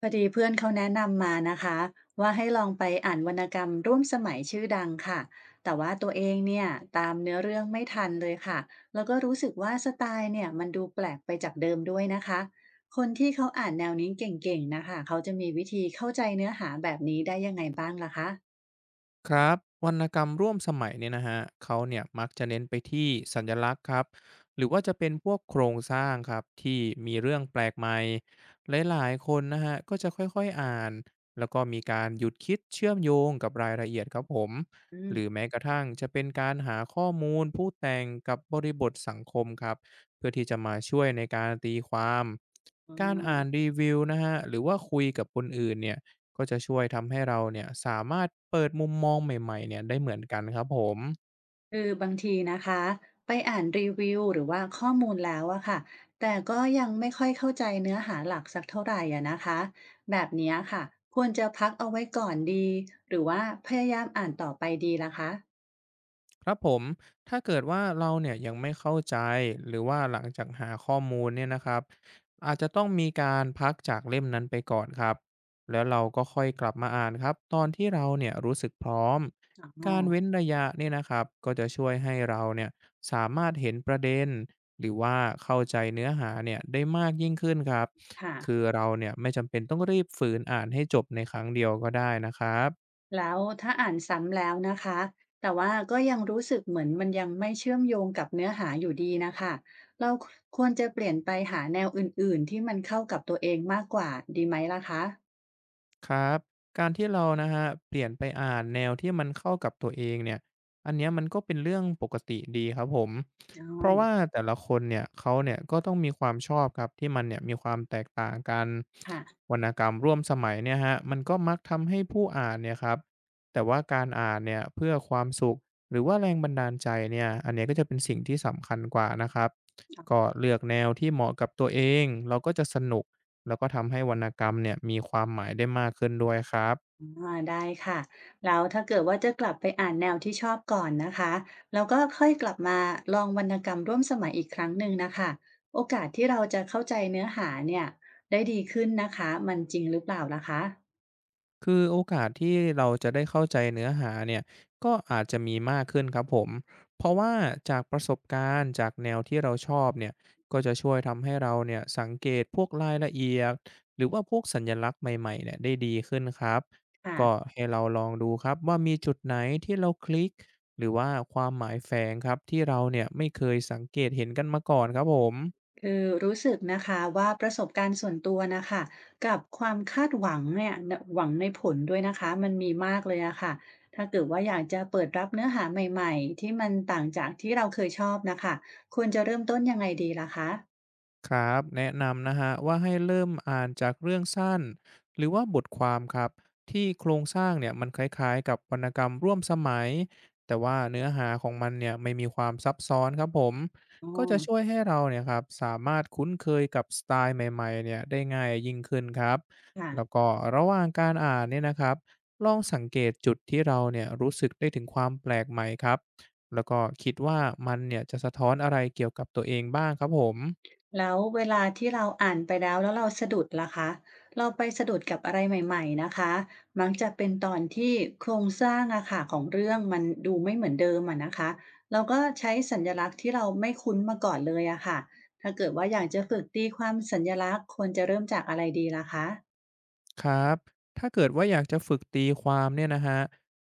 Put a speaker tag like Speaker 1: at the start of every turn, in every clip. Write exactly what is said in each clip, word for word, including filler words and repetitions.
Speaker 1: พอดีเพื่อนเขาแนะนำมานะคะว่าให้ลองไปอ่านวรรณกรรมร่วมสมัยชื่อดังค่ะแต่ว่าตัวเองเนี่ยตามเนื้อเรื่องไม่ทันเลยค่ะแล้วก็รู้สึกว่าสไตล์เนี่ยมันดูแปลกไปจากเดิมด้วยนะคะคนที่เขาอ่านแนวนี้เก่งๆนะคะเขาจะมีวิธีเข้าใจเนื้อหาแบบนี้ได้ยังไงบ้างล่ะคะ
Speaker 2: ครับวรรณกรรมร่วมสมัยเนี่ยนะฮะเขาเนี่ยมักจะเน้นไปที่สัญลักษณ์ครับหรือว่าจะเป็นพวกโครงสร้างครับที่มีเรื่องแปลกใหม่หลายๆคนนะฮะก็จะค่อยๆอ่านแล้วก็มีการหยุดคิดเชื่อมโยงกับรายละเอียดครับผมห
Speaker 1: อื
Speaker 2: รือ
Speaker 1: ม
Speaker 2: แม้กระทั่งจะเป็นการหาข้อมูลผู้แต่งกับบริบทสังคมครับเพื่อที่จะมาช่วยในการตีความ
Speaker 1: อ๋
Speaker 2: การ
Speaker 1: อ
Speaker 2: อ่านรีวิวนะฮะหรือว่าคุยกับคนอื่นเนี่ย ก็จะช่วยทำให้เราเนี่ยสามารถเปิดมุมมองใหม่ๆเนี่ยได้เหมือนกันครับผม
Speaker 1: คือบางทีนะคะไปอ่านรีวิวหรือว่าข้อมูลแล้วอะค่ะแต่ก็ยังไม่ค่อยเข้าใจเนื้อหาหลักสักเท่าไหร่อะนะคะแบบเนี้ยค่ะควรจะพักเอาไว้ก่อนดีหรือว่าพยายามอ่านต่อไปดีล่ะคะ
Speaker 2: ครับผมถ้าเกิดว่าเราเนี่ยยังไม่เข้าใจหรือว่าหลังจากหาข้อมูลเนี่ยนะครับอาจจะต้องมีการพักจากเล่มนั้นไปก่อนครับแล้วเราก็ค่อยกลับมาอ่านครับตอนที่เราเนี่ยรู้สึกพร้อม
Speaker 1: อ๋อ
Speaker 2: การเว้นระยะเนี่ยนะครับก็จะช่วยให้เราเนี่ยสามารถเห็นประเด็นหรือว่าเข้าใจเนื้อหาเนี่ยได้มากยิ่งขึ้นครับ
Speaker 1: ค่ะ
Speaker 2: คือเราเนี่ยไม่จำเป็นต้องรีบฝืนอ่านให้จบในครั้งเดียวก็ได้นะครับ
Speaker 1: แล้วถ้าอ่านซ้ำแล้วนะคะแต่ว่าก็ยังรู้สึกเหมือนมันยังไม่เชื่อมโยงกับเนื้อหาอยู่ดีนะคะเราควรจะเปลี่ยนไปหาแนวอื่นๆที่มันเข้ากับตัวเองมากกว่าดีไหมล่ะคะ
Speaker 2: ครับการที่เรานะฮะเปลี่ยนไปอ่านแนวที่มันเข้ากับตัวเองเนี่ยอันเนี้ยมันก็เป็นเรื่องปกติดีครับผม
Speaker 1: อ๋
Speaker 2: เพราะ
Speaker 1: อ
Speaker 2: ว่าแต่ละคนเนี่ยเขาเนี่ยก็ต้องมีความชอบครับที่มันเนี่ยมีความแตกต่างกัน
Speaker 1: ค่ะ
Speaker 2: วรรณกรรมร่วมสมัยเนี่ยฮะมันก็มักทำให้ผู้อ่านเนี่ยครับแต่ว่าการอ่านเนี่ยเพื่อความสุขหรือว่าแรงบันดาลใจเนี่ยอันเนี้ยก็จะเป็นสิ่งที่สำคัญกว่านะครับก็เลือกแนวที่เหมาะกับตัวเองเราก็จะสนุก แล้วก็ทำให้วรรณกรรมเนี่ยมีความหมายได้มากขึ้นด้วยครับ
Speaker 1: อาได้ค่ะแล้วถ้าเกิดว่าจะกลับไปอ่านแนวที่ชอบก่อนนะคะ แล้วก็ค่อยกลับมาลองวรรณกรรมร่วมสมัยอีกครั้งหนึ่งนะคะ โอกาสที่เราจะเข้าใจเนื้อหาเนี่ยได้ดีขึ้นนะคะมันจริงหรือเปล่าล่ะคะ
Speaker 2: คือโอกาสที่เราจะได้เข้าใจเนื้อหาเนี่ยก็อาจจะมีมากขึ้นครับผม เพราะว่าจากประสบการณ์จากแนวที่เราชอบเนี่ย ก็จะช่วยทำให้เราเนี่ยสังเกตพวกรายละเอียดหรือว่าพวกสัญลักษณ์ใหม่ๆเนี่ยได้ดีขึ้นครับ ก็
Speaker 1: ค่ะ
Speaker 2: ให้เราลองดูครับว่ามีจุดไหนที่เราคลิกหรือว่าความหมายแฝงครับที่เราเนี่ยไม่เคยสังเกตเห็นกันมาก่อนครับผม
Speaker 1: คือรู้สึกนะคะว่าประสบการณ์ส่วนตัวนะคะ กับความคาดหวังเนี่ยหวังในผลด้วยนะคะมันมีมากเลยอะค่ะถ้าเกิดว่าอยากจะเปิดรับเนื้อหาใหม่ๆที่มันต่างจากที่เราเคยชอบนะคะควรจะเริ่มต้นยังไงดีล่ะคะ
Speaker 2: ครับแนะนำนะฮะว่าให้เริ่มอ่านจากเรื่องสั้นหรือว่าบทความครับที่โครงสร้างเนี่ยมันคล้ายๆกับวรรณกรรมร่วมสมัยแต่ว่าเนื้อหาของมันเนี่ยไม่มีความซับซ้อนครับผม
Speaker 1: อ๋อ
Speaker 2: ก็จะช่วยให้เราเนี่ยครับสามารถคุ้นเคยกับสไตล์ใหม่ๆเนี่ยได้ง่ายยิ่งขึ้นครับแล้ว
Speaker 1: ค่ะ
Speaker 2: ก็ระหว่างการอ่านเนี่ยนะครับลองสังเกตจุดที่เราเนี่ยรู้สึกได้ถึงความแปลกใหม่ครับแล้วก็คิดว่ามันเนี่ยจะสะท้อนอะไรเกี่ยวกับตัวเองบ้างครับผม
Speaker 1: แล้วเวลาที่เราอ่านไปแล้วแล้วเราสะดุดล่ะคะเราไปสะดุดกับอะไรใหม่ๆนะคะมักจะเป็นตอนที่โครงสร้างอะค่ะของเรื่องมันดูไม่เหมือนเดิมอะนะคะเราก็ใช้สัญลักษณ์ที่เราไม่คุ้นมาก่อนเลยอะค่ะถ้าเกิดว่าอยากจะฝึกตีความสัญลักษณ์ควรจะเริ่มจากอะไรดีล่ะคะ
Speaker 2: ครับ ถ้าเกิดว่าอยากจะฝึกตีความเนี่ยนะฮะ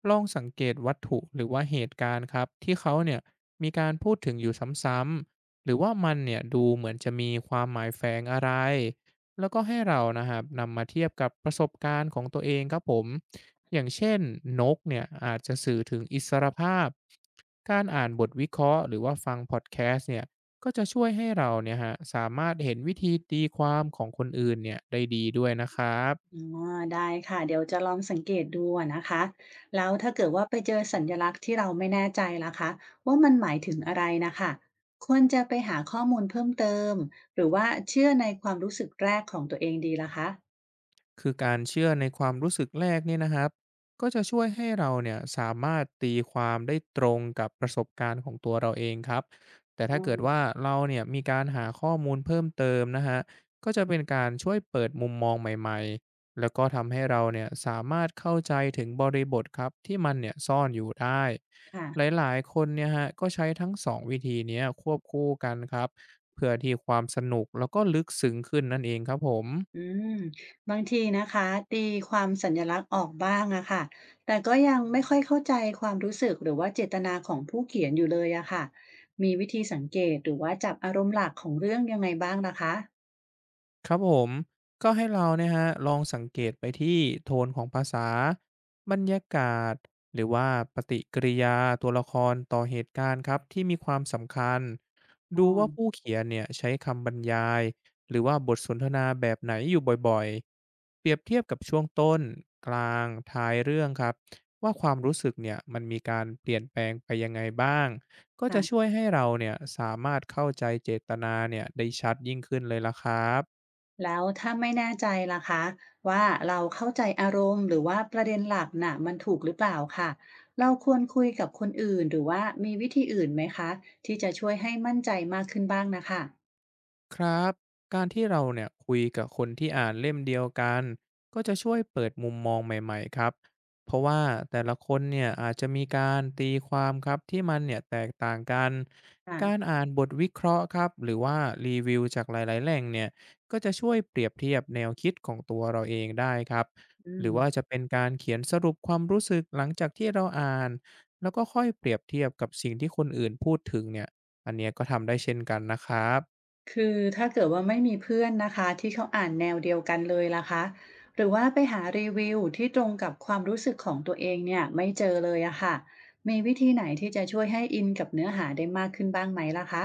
Speaker 2: ลองสังเกตวัตถุหรือว่าเหตุการณ์ครับที่เขาเนี่ยมีการพูดถึงอยู่ซ้ำๆ หรือว่ามันเนี่ยดูเหมือนจะมีความหมายแฝงอะไร แล้วก็ให้เรานะครับนำมาเทียบกับประสบการณ์ของตัวเองครับผม อย่างเช่นนกเนี่ยอาจจะสื่อถึงอิสรภาพการอ่านบทวิเคราะห์หรือว่าฟังพอดแคสต์เนี่ยก็จะช่วยให้เราเนี่ยฮะสามารถเห็นวิธีตีความของคนอื่นเนี่ยได้ดีด้วยนะครับ
Speaker 1: อ๋อได้ค่ะเดี๋ยวจะลองสังเกตดูอะนะคะแล้วถ้าเกิดว่าไปเจอสัญลักษณ์ที่เราไม่แน่ใจล่ะคะว่ามันหมายถึงอะไรนะคะควรจะไปหาข้อมูลเพิ่มเติมหรือว่าเชื่อในความรู้สึกแรกของตัวเองดีล่ะคะ
Speaker 2: คือการเชื่อในความรู้สึกแรกเนี่ยนะครับก็จะช่วยให้เราเนี่ยสามารถตีความได้ตรงกับประสบการณ์ของตัวเราเองครับแต่
Speaker 1: อ๋อ
Speaker 2: ถ้าเกิดว่าเราเนี่ยมีการหาข้อมูลเพิ่มเติมนะฮะก็จะเป็นการช่วยเปิดมุมมองใหม่ๆแล้วก็ทำให้เราเนี่ยสามารถเข้าใจถึงบริบทครับที่มันเนี่ยซ่อนอยู่ได้ห
Speaker 1: ค่ะ
Speaker 2: ลายๆคนเนี่ยฮะก็ใช้ทั้งสองวิธีเนี้ยควบคู่กันครับเพื่อที่ความสนุกแล้วก็ลึกซึ้งขึ้นนั่นเองครับผม
Speaker 1: อืมบางทีนะคะตีความสัญลักษณ์ออกบ้างอะค่ะแต่ก็ยังไม่ค่อยเข้าใจความรู้สึกหรือว่าเจตนาของผู้เขียนอยู่เลยอะค่ะมีวิธีสังเกตหรือว่าจับอารมณ์หลักของเรื่องยังไงบ้างล่ะคะ
Speaker 2: ครับผมก็ให้เราเนี่ยฮะลองสังเกตไปที่โทนของภาษาบรรยากาศหรือว่าปฏิกิริยาตัวละครต่อเหตุการณ์ครับที่มีความสำคัญ
Speaker 1: อ๋อ
Speaker 2: ดูว่าผู้เขียนเนี่ยใช้คำบรรยายหรือว่าบทสนทนาแบบไหนอยู่บ่อยๆเปรียบเทียบกับช่วงต้นกลางท้ายเรื่องครับว่าความรู้สึกเนี่ยมันมีการเปลี่ยนแปลงไปยังไงบ้างก็จะช่ว
Speaker 1: ค่ะ
Speaker 2: ยให้เราเนี่ยสามารถเข้าใจเจตนาเนี่ยได้ชัดยิ่งขึ้นเลยละครับ
Speaker 1: แล้วถ้าไม่แน่ใจล่ะคะว่าเราเข้าใจอารมณ์หรือว่าประเด็นหลักน่ะมันถูกหรือเปล่าค่ะเราควรคุยกับคนอื่นหรือว่ามีวิธีอื่นไหมคะที่จะช่วยให้มั่นใจมากขึ้นบ้างนะคะ
Speaker 2: ครับการที่เราเนี่ยคุยกับคนที่อ่านเล่มเดียวกันก็จะช่วยเปิดมุมมองใหม่ๆครับเพราะว่าแต่ละคนเนี่ยอาจจะมีการตีความครับที่มันเนี่ยแตกต่างกัน
Speaker 1: ค่ะ
Speaker 2: การอ่านบทวิเคราะห์ครับหรือว่ารีวิวจากหลายๆแหล่งเนี่ยก็จะช่วยเปรียบเทียบแนวคิดของตัวเราเองได้ครับ
Speaker 1: อื
Speaker 2: หรื
Speaker 1: ม
Speaker 2: อว่าจะเป็นการเขียนสรุปความรู้สึกหลังจากที่เราอ่านแล้วก็ค่อยเปรียบเทียบกับสิ่งที่คนอื่นพูดถึงเนี่ยอันเนี้ยก็ทำได้เช่นกันนะครับ
Speaker 1: คือถ้าเกิดว่าไม่มีเพื่อนนะคะที่เขาอ่านแนวเดียวกันเลยล่ะคะหรือว่าไปหารีวิวที่ตรงกับความรู้สึกของตัวเองเนี่ยไม่เจอเลยอะค่ะมีวิธีไหนที่จะช่วยให้อินกับเนื้อหาได้มากขึ้นบ้างไหมล่ะคะ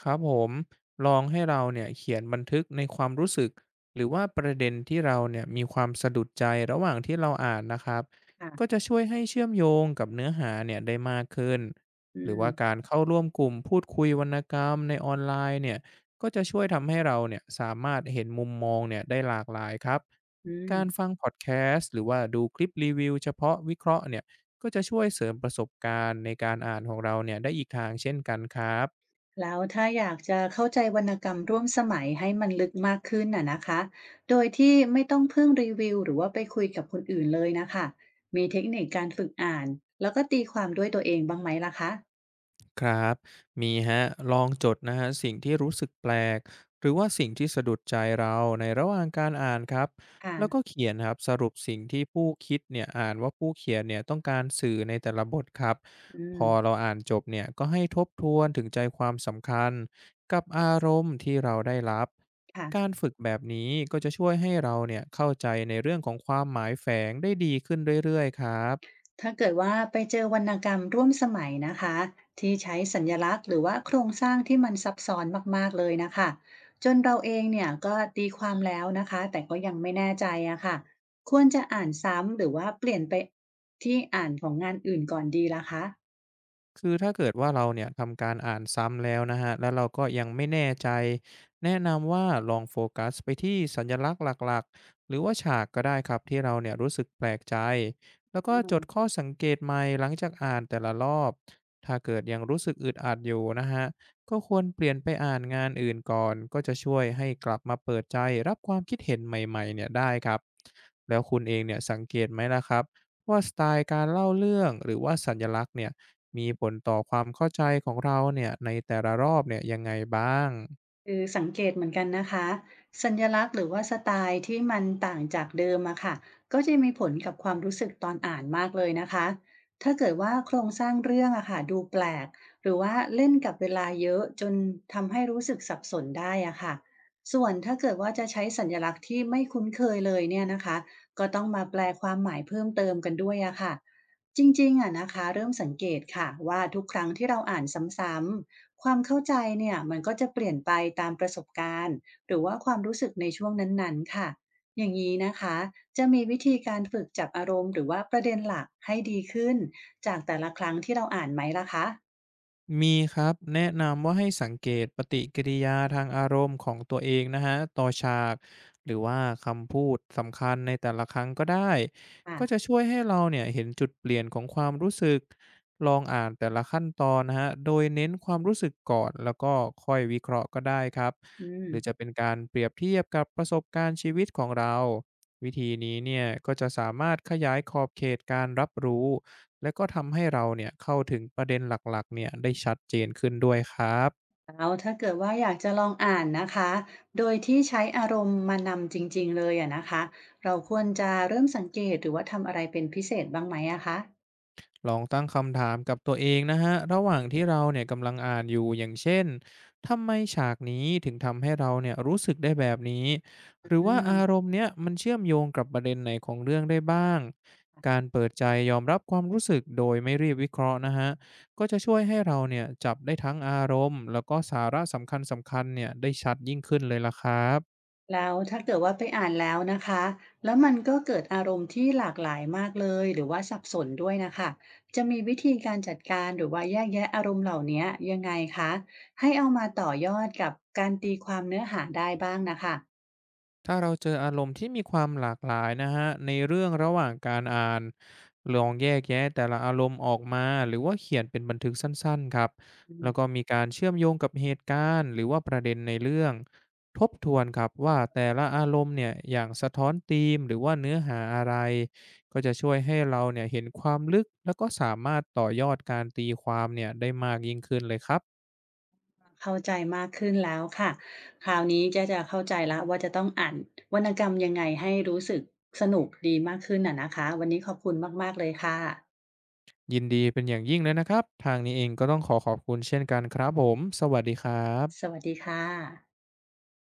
Speaker 2: ครับผมลองให้เราเนี่ยเขียนบันทึกในความรู้สึกหรือว่าประเด็นที่เราเนี่ยมีความสะดุดใจระหว่างที่เราอ่านนะครับก็
Speaker 1: ค่ะ
Speaker 2: จะช่วยให้เชื่อมโยงกับเนื้อหาเนี่ยได้มากขึ้นห
Speaker 1: อื
Speaker 2: รือว่า
Speaker 1: ม
Speaker 2: การเข้าร่วมกลุ่มพูดคุยวรรณกรรมในออนไลน์เนี่ยก็จะช่วยทำให้เราเนี่ยสามารถเห็นมุมมองเนี่ยได้หลากหลายครับ
Speaker 1: อืม
Speaker 2: การฟังพอดแคสต์หรือว่าดูคลิปรีวิวเฉพาะวิเคราะห์เนี่ยก็จะช่วยเสริมประสบการณ์ในการอ่านของเราเนี่ยได้อีกทางเช่นกันครับ
Speaker 1: แล้วถ้าอยากจะเข้าใจวรรณกรรมร่วมสมัยให้มันลึกมากขึ้นน่ะนะคะ โดยที่ไม่ต้องพึ่งรีวิวหรือว่าไปคุยกับคนอื่นเลยนะคะ มีเทคนิคการฝึกอ่านแล้วก็ตีความด้วยตัวเองบ้างไหมล่ะคะ
Speaker 2: ครับมีฮะลองจดนะฮะสิ่งที่รู้สึกแปลกหรือว่าสิ่งที่สะดุดใจเราในระหว่างการอ่านครับแล้วก็
Speaker 1: ค่ะ
Speaker 2: เขียนครับสรุปสิ่งที่ผู้คิดเนี่ยอ่านว่าผู้เขียนเนี่ยต้องการสื่อในแต่ละบทครับ
Speaker 1: อื
Speaker 2: พ
Speaker 1: ม
Speaker 2: อเราอ่านจบเนี่ยก็ให้ทบทวนถึงใจความสำคัญกับอารมณ์ที่เราได้รับการ
Speaker 1: ค่ะ
Speaker 2: ฝึกแบบนี้ก็จะช่วยให้เราเนี่ยเข้าใจในเรื่องของความหมายแฝงได้ดีขึ้นเรื่อยๆครับ
Speaker 1: ถ้าเกิดว่าไปเจอวรรณกรรมร่วมสมัยนะคะที่ใช้สัญลักษณ์หรือว่าโครงสร้างที่มันซับซ้อนมากๆเลยนะคะจนเราเองเนี่ยก็ตีความแล้วนะคะแต่ก็ยังไม่แน่ใจอะค่ะควรจะอ่านซ้ำหรือว่าเปลี่ยนไปที่อ่านของงานอื่นก่อนดีล่ะคะ
Speaker 2: คือถ้าเกิดว่าเราเนี่ยทำการอ่านซ้ำแล้วนะฮะแล้วเราก็ยังไม่แน่ใจแนะนำว่าลองโฟกัสไปที่สัญลักษณ์หลักๆหรือว่าฉากก็ได้ครับที่เราเนี่ยรู้สึกแปลกใจแล้วก็จดข้อสังเกตใหม่หลังจากอ่านแต่ละรอบถ้าเกิดยังรู้สึกอึดอัดอยู่นะฮะก็ควรเปลี่ยนไปอ่านงานอื่นก่อนก็จะช่วยให้กลับมาเปิดใจรับความคิดเห็นใหม่ๆเนี่ยได้ครับแล้วคุณเองเนี่ยสังเกตไหมล่ะครับว่าสไตล์การเล่าเรื่องหรือว่าสัญลักษณ์เนี่ย มีผลต่อความเข้าใจของเราเนี่ยในแต่ละรอบเนี่ยยังไงบ้าง
Speaker 1: คือสังเกตเหมือนกันนะคะสัญลักษณ์หรือว่าสไตล์ที่มันต่างจากเดิมอะค่ะก็จะมีผลกับความรู้สึกตอนอ่านมากเลยนะคะถ้าเกิดว่าโครงสร้างเรื่องอะค่ะดูแปลกหรือว่าเล่นกับเวลาเยอะจนทำให้รู้สึกสับสนได้อะค่ะส่วนถ้าเกิดว่าจะใช้สัญลักษณ์ที่ไม่คุ้นเคยเลยเนี่ยนะคะก็ต้องมาแปลความหมายเพิ่มเติมกันด้วยอะค่ะจริงๆอะนะคะเริ่มสังเกตค่ะว่าทุกครั้งที่เราอ่านซ้ำๆ ความเข้าใจเนี่ยมันก็จะเปลี่ยนไปตามประสบการณ์หรือว่าความรู้สึกในช่วงนั้นๆค่ะอย่างนี้นะคะจะมีวิธีการฝึกจับอารมณ์หรือว่าประเด็นหลักให้ดีขึ้นจากแต่ละครั้งที่เราอ่านไหมล่ะคะ
Speaker 2: มีครับแนะนำว่าให้สังเกตปฏิกิริยาทางอารมณ์ของตัวเองนะฮะต่อฉากหรือว่าคำพูดสำคัญในแต่ละครั้งก็ได้
Speaker 1: อ่ะ
Speaker 2: ก็จะช่วยให้เราเนี่ยเห็นจุดเปลี่ยนของความรู้สึกลองอ่านแต่ละขั้นตอนนะฮะโดยเน้นความรู้สึกก่อนแล้วก็ค่อยวิเคราะห์ก็ได้ครับ
Speaker 1: อืม
Speaker 2: หรือจะเป็นการเปรียบเทียบกับประสบการณ์ชีวิตของเราวิธีนี้เนี่ยก็จะสามารถขยายขอบเขตการรับรู้ และก็ทำให้เราเนี่ยเข้าถึงประเด็นหลักๆเนี่ยได้ชัดเจนขึ้นด้วยครับ
Speaker 1: แล้วถ้าเกิดว่าอยากจะลองอ่านนะคะโดยที่ใช้อารมณ์มานำจริงๆเลยอะนะคะเราควรจะเริ่มสังเกตหรือว่าทำอะไรเป็นพิเศษบ้างไหมอะคะ
Speaker 2: ลองตั้งคำถามกับตัวเองนะฮะระหว่างที่เราเนี่ยกำลังอ่านอยู่อย่างเช่นทำไมฉากนี้ถึงทำให้เราเนี่ยรู้สึกได้แบบนี้หรือ
Speaker 1: อื
Speaker 2: ว่าอาร
Speaker 1: ม
Speaker 2: มณ์เนี้ยมันเชื่อมโยงกับประเด็นไหนของเรื่องได้บ้างการเปิดใจยอมรับความรู้สึกโดยไม่รีบวิเคราะห์นะฮะก็จะช่วยให้เราเนี่ยจับได้ทั้งอารมณ์แล้วก็สาระสำคัญๆเนี่ยได้ชัดยิ่งขึ้นเลยล่ะครับ
Speaker 1: แล้วถ้าเกิดว่าไปอ่านแล้วนะคะแล้วมันก็เกิดอารมณ์ที่หลากหลายมากเลยหรือว่าสับสนด้วยนะคะจะมีวิธีการจัดการหรือว่าแยกแยะอารมณ์เหล่านี้ยังไงคะให้เอามาต่อยอดกับการตีความเนื้อหาได้บ้างนะคะ
Speaker 2: ถ้าเราเจออารมณ์ที่มีความหลากหลายนะคะในเรื่องระหว่างการอ่านลองแยกแยะแต่ละอารมณ์ออกมาหรือว่าเขียนเป็นบันทึกสั้นๆครับ
Speaker 1: อื
Speaker 2: แล้ว
Speaker 1: ม
Speaker 2: ก็มีการเชื่อมโยงกับเหตุการณ์หรือว่าประเด็นในเรื่องทบทวนครับว่าแต่ละอารมณ์เนี่ยอย่างสะท้อนธีมหรือว่าเนื้อหาอะไรก็จะช่วยให้เราเนี่ยเห็นความลึกแล้วก็สามารถต่อยอดการตีความเนี่ยได้มากยิ่งขึ้นเลยครับ
Speaker 1: เข้าใจมากขึ้นแล้วค่ะคราวนี้จะจะเข้าใจแล้วว่าจะต้องอ่านวรรณกรรมยังไงให้รู้สึกสนุกดีมากขึ้นน่ะนะคะวันนี้ขอบคุณมากๆเลยค่ะ
Speaker 2: ยินดีเป็นอย่างยิ่งเลยนะครับทางนี้เองก็ต้องขอขอบคุณเช่นกันครับผมสวัสดีครั
Speaker 1: ส
Speaker 2: บ
Speaker 1: วัสดีค่ะ